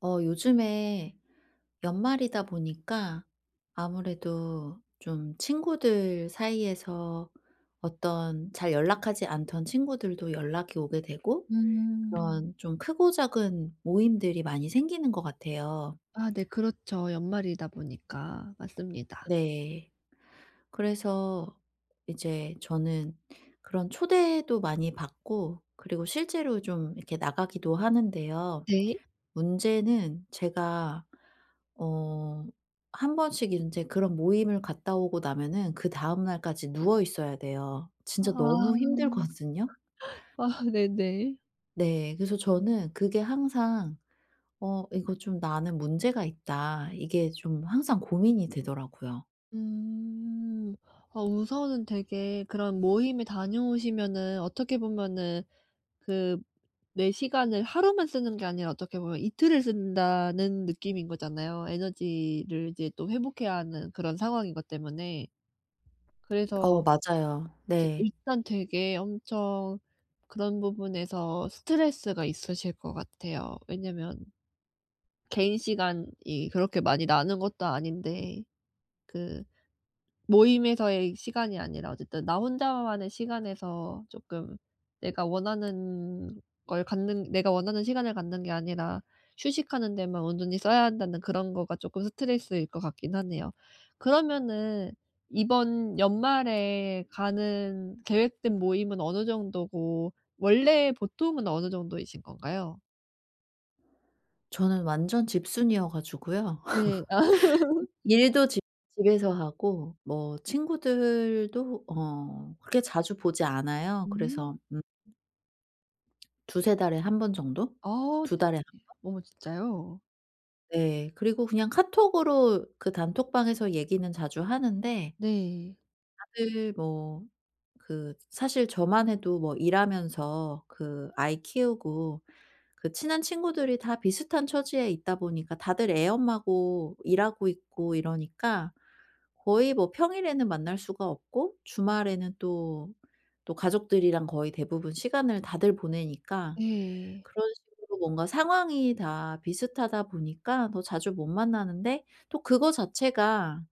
요즘에 연말이다 보니까 아무래도 좀 친구들 사이에서 어떤 잘 연락하지 않던 친구들도 연락이 오게 되고 음. 그런 좀 크고 작은 모임들이 많이 생기는 것 같아요. 아 네 그렇죠. 연말이다 보니까. 맞습니다. 네. 그래서 이제 저는 그런 초대도 많이 받고 그리고 실제로 좀 이렇게 나가기도 하는데요. 네. 문제는 제가 어 한 번씩 인제 그런 모임을 갔다 오고 나면은 그다음 날까지 누워 있어야 돼요. 진짜 너무 아. 힘들거든요. 아 네네. 네. 그래서 저는 그게 항상 '어 이거 좀 나는 문제가 있다.' 이게 좀 항상 고민이 되더라고요. 음. 아 우선은 되게 그런 모임에 다녀오시면은 어떻게 보면은 그 내 시간을 하루만 쓰는 게 아니라 어떻게 보면 이틀을 쓴다는 느낌인 거잖아요. 에너지를 이제 또 회복해야 하는 그런 상황인 것 때문에. 그래서 맞아요. 제 네. 일단 되게 엄청 그런 부분에서 스트레스가 있으실 것 같아요. 왜냐면 개인 시간이 그렇게 많이 나는 것도 아닌데 그 모임에서의 시간이 아니라 어쨌든 나 혼자만의 시간에서 쪼끔 내가 원하는 걸 갖는 내가 원하는 시간을 갖는 게 아니라 휴식하는 데만 온전히 써야 한다는 그런 거가 쪼끔 스트레스일 것 같긴 하네요. 그러면은 이번 연말에 가는 계획된 모임은 어느 정도고 원래 보통은 어느 정도이신 건가요? 저는 완전 집순이어 가지고요. 네. 아 일도 집 집에서 하고 뭐 친구들도 그렇게 자주 보지 않아요. 음. 그래서 두세 달에 한 번 정도? 아 두 달에. 네네. 어머 진짜요? 네. 그리고 그냥 카톡으로 그 단톡방에서 얘기는 자주 하는데 네. 다들 뭐 그 사실 저만 해도 뭐 일하면서 그 아이 키우고 그 친한 친구들이 다 비슷한 처지에 있다 보니까 다들 애엄마고 일하고 있고 이러니까 거의 뭐 평일에는 만날 수가 없고 주말에는 또, 또 가족들이랑 거의 대부분 시간을 다들 보내니까 네. 그런 식으로 뭔가 상황이 다 비슷하다 보니까 더 자주 못 만나는데 또 그거 자체가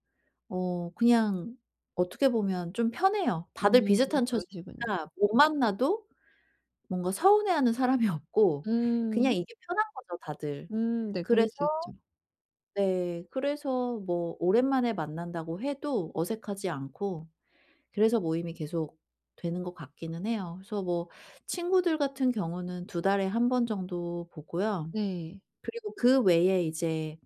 그냥 어떻게 보면 좀 편해요. 다들 음 비슷한 그러시군요. 처지니까 못 만나도 뭔가 서운해하는 사람이 없고 그냥 음. 이게 편한 거죠, 다들. 네 그럴 그래서 수 있죠. 네, 그래서 뭐 오랜만에 만난다고 해도 어색하지 않고 그래서 모임이 계속 되는 것 같기는 해요. 그래서 뭐 친구들 같은 경우는 두 달에 한 번 정도 보고요. 네. 그리고 그 외에 이제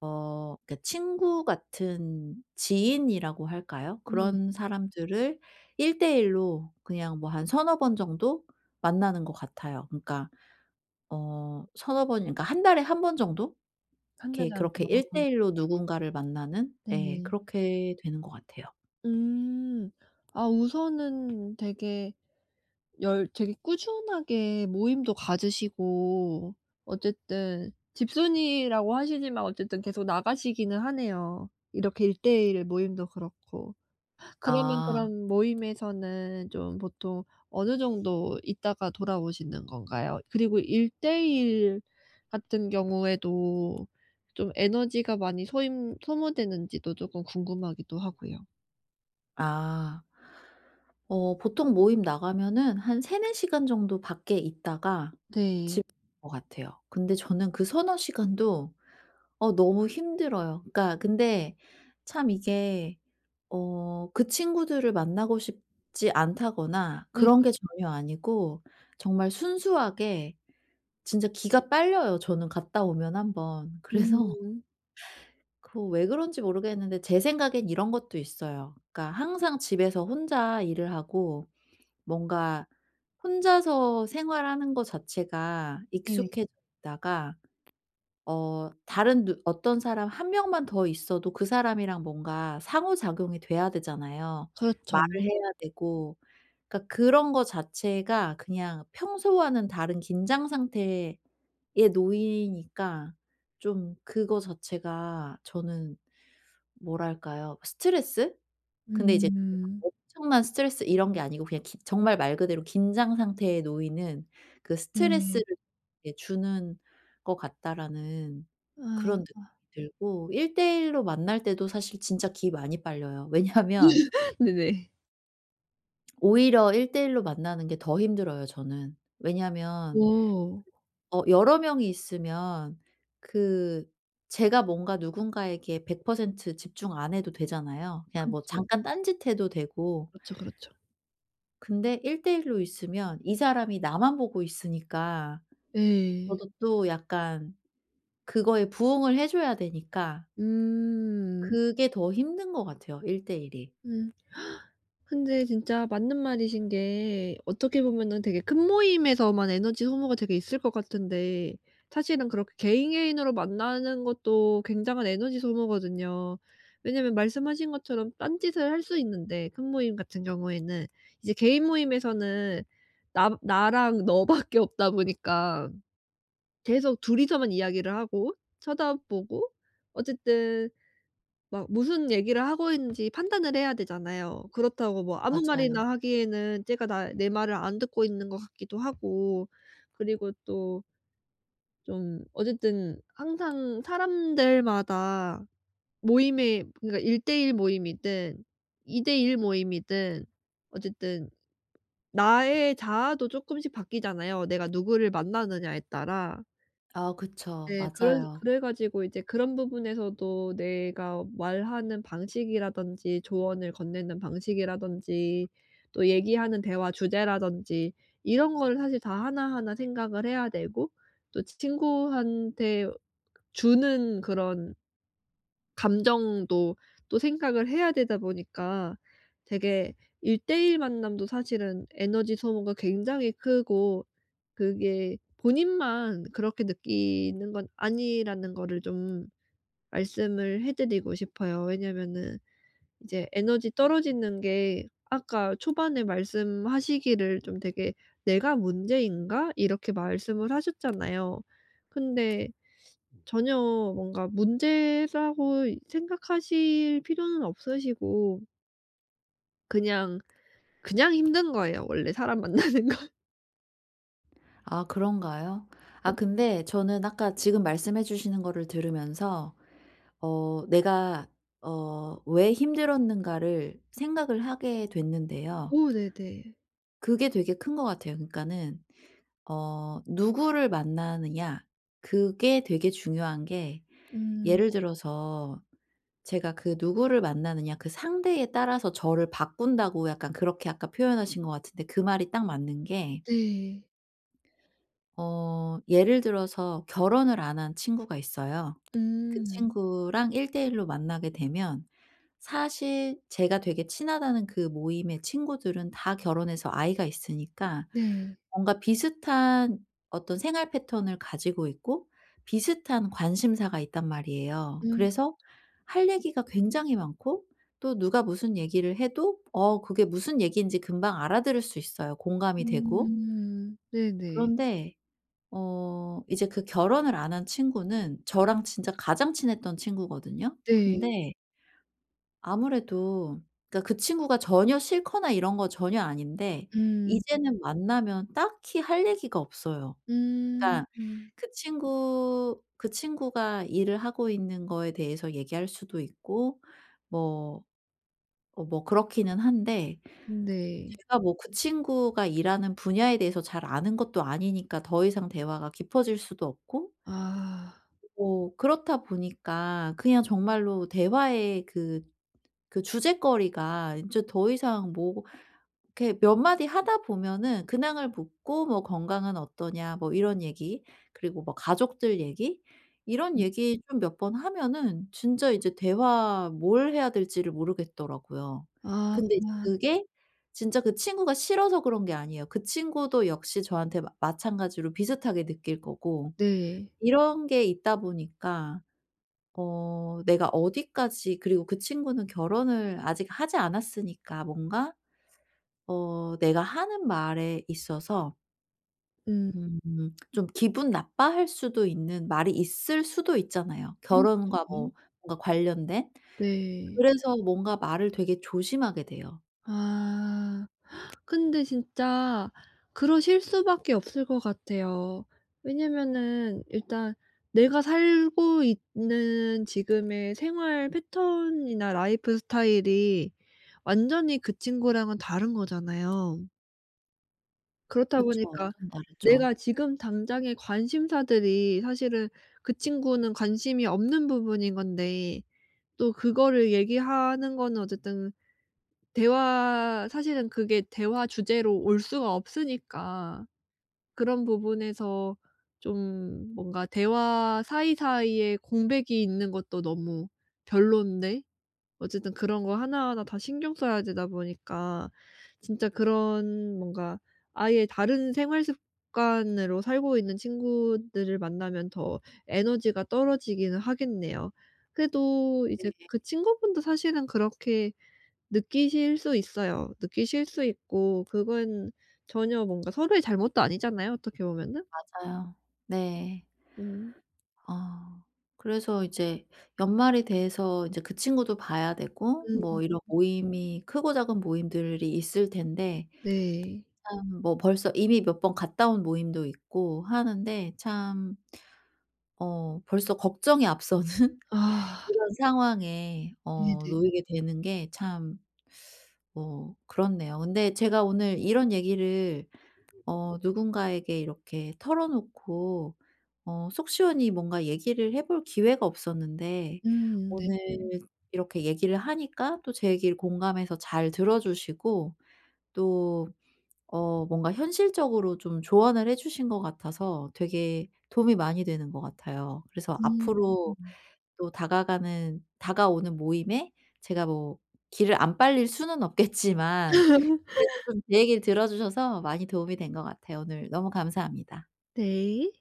그러니까 친구 같은 지인이라고 할까요? 네. 그런 사람들을 일대일로 그냥 뭐 한 서너 번 정도 만나는 것 같아요. 그러니까 서너 번, 그러니까 한 달에 한 번 정도 한 달에 이렇게 한 그렇게 번. 1:1 로 누군가를 만나는, 예, 네. 그렇게 되는 것 같아요. 음. 아 우선은 되게 열 되게 꾸준하게 모임도 가지시고 어쨌든 집순이라고 하시지만 어쨌든 계속 나가시기는 하네요. 이렇게 일대일 모임도 그렇고. 그러면 아. 그런 모임에서는 좀 보통 어느 정도 있다가 돌아오시는 건가요? 그리고 1대1 같은 경우에도 좀 에너지가 많이 소임 소모되는지도 쪼끔 궁금하기도 하고요. 아. 보통 모임 나가면은 한 3~4 시간 정도 밖에 있다가 집에 네. 오는 것 같아요. 근데 저는 그 서너 시간도 너무 힘들어요. 그러니까 근데 참 이게 그 친구들을 만나고 싶지 않다거나 네. 그런 게 전혀 아니고 정말 순수하게 진짜 기가 빨려요, 저는 갔다 오면 한 번. 그래서 음. 그거 왜 그런지 모르겠는데 제 생각엔 이런 것도 있어요. 그러니까 항상 집에서 혼자 일을 하고 뭔가 혼자서 생활하는 거 자체가 네. 익숙해져 있다가 다른 누 어떤 사람 한 명만 더 있어도 그 사람이랑 뭔가 상호작용이 돼야 되잖아요. 그렇죠. 말을 해야 되고. 그러니까 그런 거 자체가 그냥 평소와는 다른 긴장 상태에, 예, 노이니까 좀 그거 자체가 저는 뭐랄까요? 스트레스? 근데 이제 그게 막 음. 엄청난 스트레스 이런 게 아니고 그냥 기 정말 말 그대로 긴장 상태에 놓이는 그 스트레스를, 네. 예, 주는 것 같다라는 그런 아. 느낌이 들고, 1대1로 만날 때도 사실 진짜 기 많이 빨려요. 왜냐하면 네네. 오히려 1대1로 만나는 게 더 힘들어요, 저는. 왜냐하면 오. 여러 명이 있으면 그 제가 뭔가 누군가에게 100% 집중 안 해도 되잖아요. 그냥 뭐 그렇죠. 잠깐 딴짓해도 되고. 그렇죠, 그렇죠. 근데 일대일로 있으면 이 사람이 나만 보고 있으니까 예. 저도 또 약간 그거에 부응을 해 줘야 되니까 음. 그게 더 힘든 것 같아요, 일대일 이. 음. 근데 진짜 맞는 말이신 게 어떻게 보면은 되게 큰 모임에서만 에너지 소모가 되게 있을 것 같은데 사실은 그렇게 개인 개인으로 만나는 것도 굉장한 에너지 소모거든요. 왜냐면 말씀하신 것처럼 딴짓을 할 수 있는데 큰 모임 같은 경우에는 이제 개인 모임에서는 나 나랑 너밖에 없다 보니까 계속 둘이서만 이야기를 하고 쳐다보고 어쨌든 막 무슨 얘기를 하고 있는지 판단을 해야 되잖아요. 그렇다고 뭐 아무 맞아요. 말이나 하기에는 쟤가 나 내 말을 안 듣고 있는 것 같기도 하고 그리고 또 좀 어쨌든 항상 사람들마다 모임에 그러니까 1 대1 모임이든 2대1 모임이든 어쨌든 나의 자아도 쪼끔씩 바뀌잖아요, 내가 누구를 만나느냐에 따라. 아, 그쵸. 네. 그래 맞아요. 그래 가지고 이제 그런 부분에서도 내가 말하는 방식이라든지 조언을 건네는 방식이라든지 또 얘기하는 대화 주제라든지 이런 거를 사실 다 하나하나 생각을 해야 되고 또 친구한테 주는 그런 감정도 또 생각을 해야 되다 보니까 되게 1대1 만남도 사실은 에너지 소모가 굉장히 크고 그게 본인만 그렇게 느끼는 건 아니라는 거를 좀 말씀을 해 드리고 싶어요. 왜냐면은 이제 에너지 떨어지는 게 아까 초반에 말씀하시기를 좀 되게 "내가 문제인가?" 이렇게 말씀을 하셨잖아요. 근데 전혀 뭔가 문제라고 생각하실 필요는 없으시고 그냥, 그냥 힘든 거예요, 원래 사람 만나는 건. 아, 그런가요? 아, 그 근데 저는 아까 지금 말씀해 주시는 거를 들으면서 내가 '왜 힘들었는가.'를 생각을 하게 됐는데요. 오 네네. 그게 되게 큰 것 같아요. 그러니까는 누구를 만나느냐, 그게 되게 중요한 게, 음. 예를 들어서 제가 그 누구를 만나느냐 그 상대에 따라서 저를 바꾼다고 약간 그렇게 아까 표현하신 것 같은데 그 말이 딱 맞는 게, 네. 예를 들어서 결혼을 안 한 친구가 있어요. 그 음. 친구랑 1대1로 만나게 되면, 사실 제가 되게 친하다는 그 모임의 친구들은 다 결혼해서 아이가 있으니까 네. 뭔가 비슷한 어떤 생활 패턴을 가지고 있고 비슷한 관심사가 있단 말이에요. 음. 그래서 할 얘기가 굉장히 많고 또 누가 무슨 얘기를 해도 그게 무슨 얘기인지 금방 알아들을 수 있어요. 음. 공감이 되고. 음. 네네. 그런데 이제 그 결혼을 안 한 친구는 저랑 진짜 가장 친했던 친구거든요. 네. 근데 아무래도, 그러니까 그 친구가 전혀 싫거나 이런 거 전혀 아닌데 음. 이제는 만나면 딱히 할 얘기가 없어요. 음. 그러니까 음. 그 친구 그 친구가 일을 하고 있는 거에 대해서 얘기할 수도 있고 뭐 뭐 그렇기는 한데 네. 제가 뭐 그 친구가 일하는 분야에 대해서 잘 아는 것도 아니니까 더 이상 대화가 깊어질 수도 없고 아. 그렇다 보니까 그냥 정말로 대화의 그 주제거리가 인제 더 이상 뭐 이렇게 몇 마디 하다 보면은 근황을 묻고 뭐 "건강은 어떠냐?" 뭐 이런 얘기, 그리고 뭐 가족들 얘기, 이런 음. 얘기 좀 몇 번 하면은 진짜 이제 대화 뭘 해야 될지를 모르겠더라고요. 아. 근데 이제 그게 진짜 그 친구가 싫어서 그런 게 아니에요. 그 친구도 역시 저한테 마 마찬가지로 비슷하게 느낄 거고, 네. 이런 게 있다 보니까, 내가 어디까지, 그리고 그 친구는 결혼을 아직 하지 않았으니까 뭔가 내가 하는 말에 있어서 음. 음 좀 기분 나빠할 수도 있는 말이 있을 수도 있잖아요, 그렇죠. 결혼과 뭐 뭔가 관련된. 네. 그래서 뭔가 말을 되게 조심하게 돼요. 아. 근데 진짜 그러실 수밖에 없을 것 같아요. 왜냐면은 일단 내가 살고 있는 지금의 생활 패턴이나 라이프 스타일이 완전히 그 친구랑은 다른 거잖아요. 그렇다 그쵸. 보니까 완전 다르죠. 내가 지금 당장의 관심사들이 사실은 그 친구는 관심이 없는 부분인 건데 또 그거를 얘기하는 거는 어쨌든 대화 사실은 그게 대화 주제로 올 수가 없으니까 그런 부분에서 좀 뭔가 대화 사이사이에 공백이 있는 것도 너무 별론데 어쨌든 그런 거 하나하나 다 신경 써야 되다 보니까 진짜 그런 뭔가 아예 다른 생활 습관으로 살고 있는 친구들을 만나면 더 에너지가 떨어지기는 하겠네요. 그래도 이제 그 친구분도 사실은 그렇게 느끼실 수 있어요. 느끼실 수 있고 그건 전혀 뭔가 서로의 잘못도 아니잖아요, 어떻게 보면은. 맞아요. 네. 음. 어, 그래서 이제 연말이 돼서 이제 그 친구도 봐야 되고 뭐 음 이런 모임이, 크고 작은 모임들이 있을 텐데 네. 참, 뭐 벌써 이미 몇 번 갔다 온 모임도 있고 하는데 참, 벌써 걱정이 앞서는 아 이런 상황에 네네. 놓이게 되는 게 참 뭐 그렇네요. 근데 제가 오늘 이런 얘기를 누군가에게 이렇게 털어 놓고 속 시원히 뭔가 얘기를 해볼 기회가 없었는데, 네. 오늘 음. 이렇게 얘기를 하니까 또 제 얘기를 공감해서 잘 들어 주시고, 또 뭔가 현실적으로 좀 조언을 해 주신 것 같아서 되게 도움이 많이 되는 것 같아요. 그래서 앞으로 음. 또 다가가는 다가오는 모임에 제가 뭐 길을 안 빨릴 수는 없겠지만 그래도 좀 제 얘기를 들어 주셔서 많이 도움이 된 것 같아요. 오늘 너무 감사합니다. 네.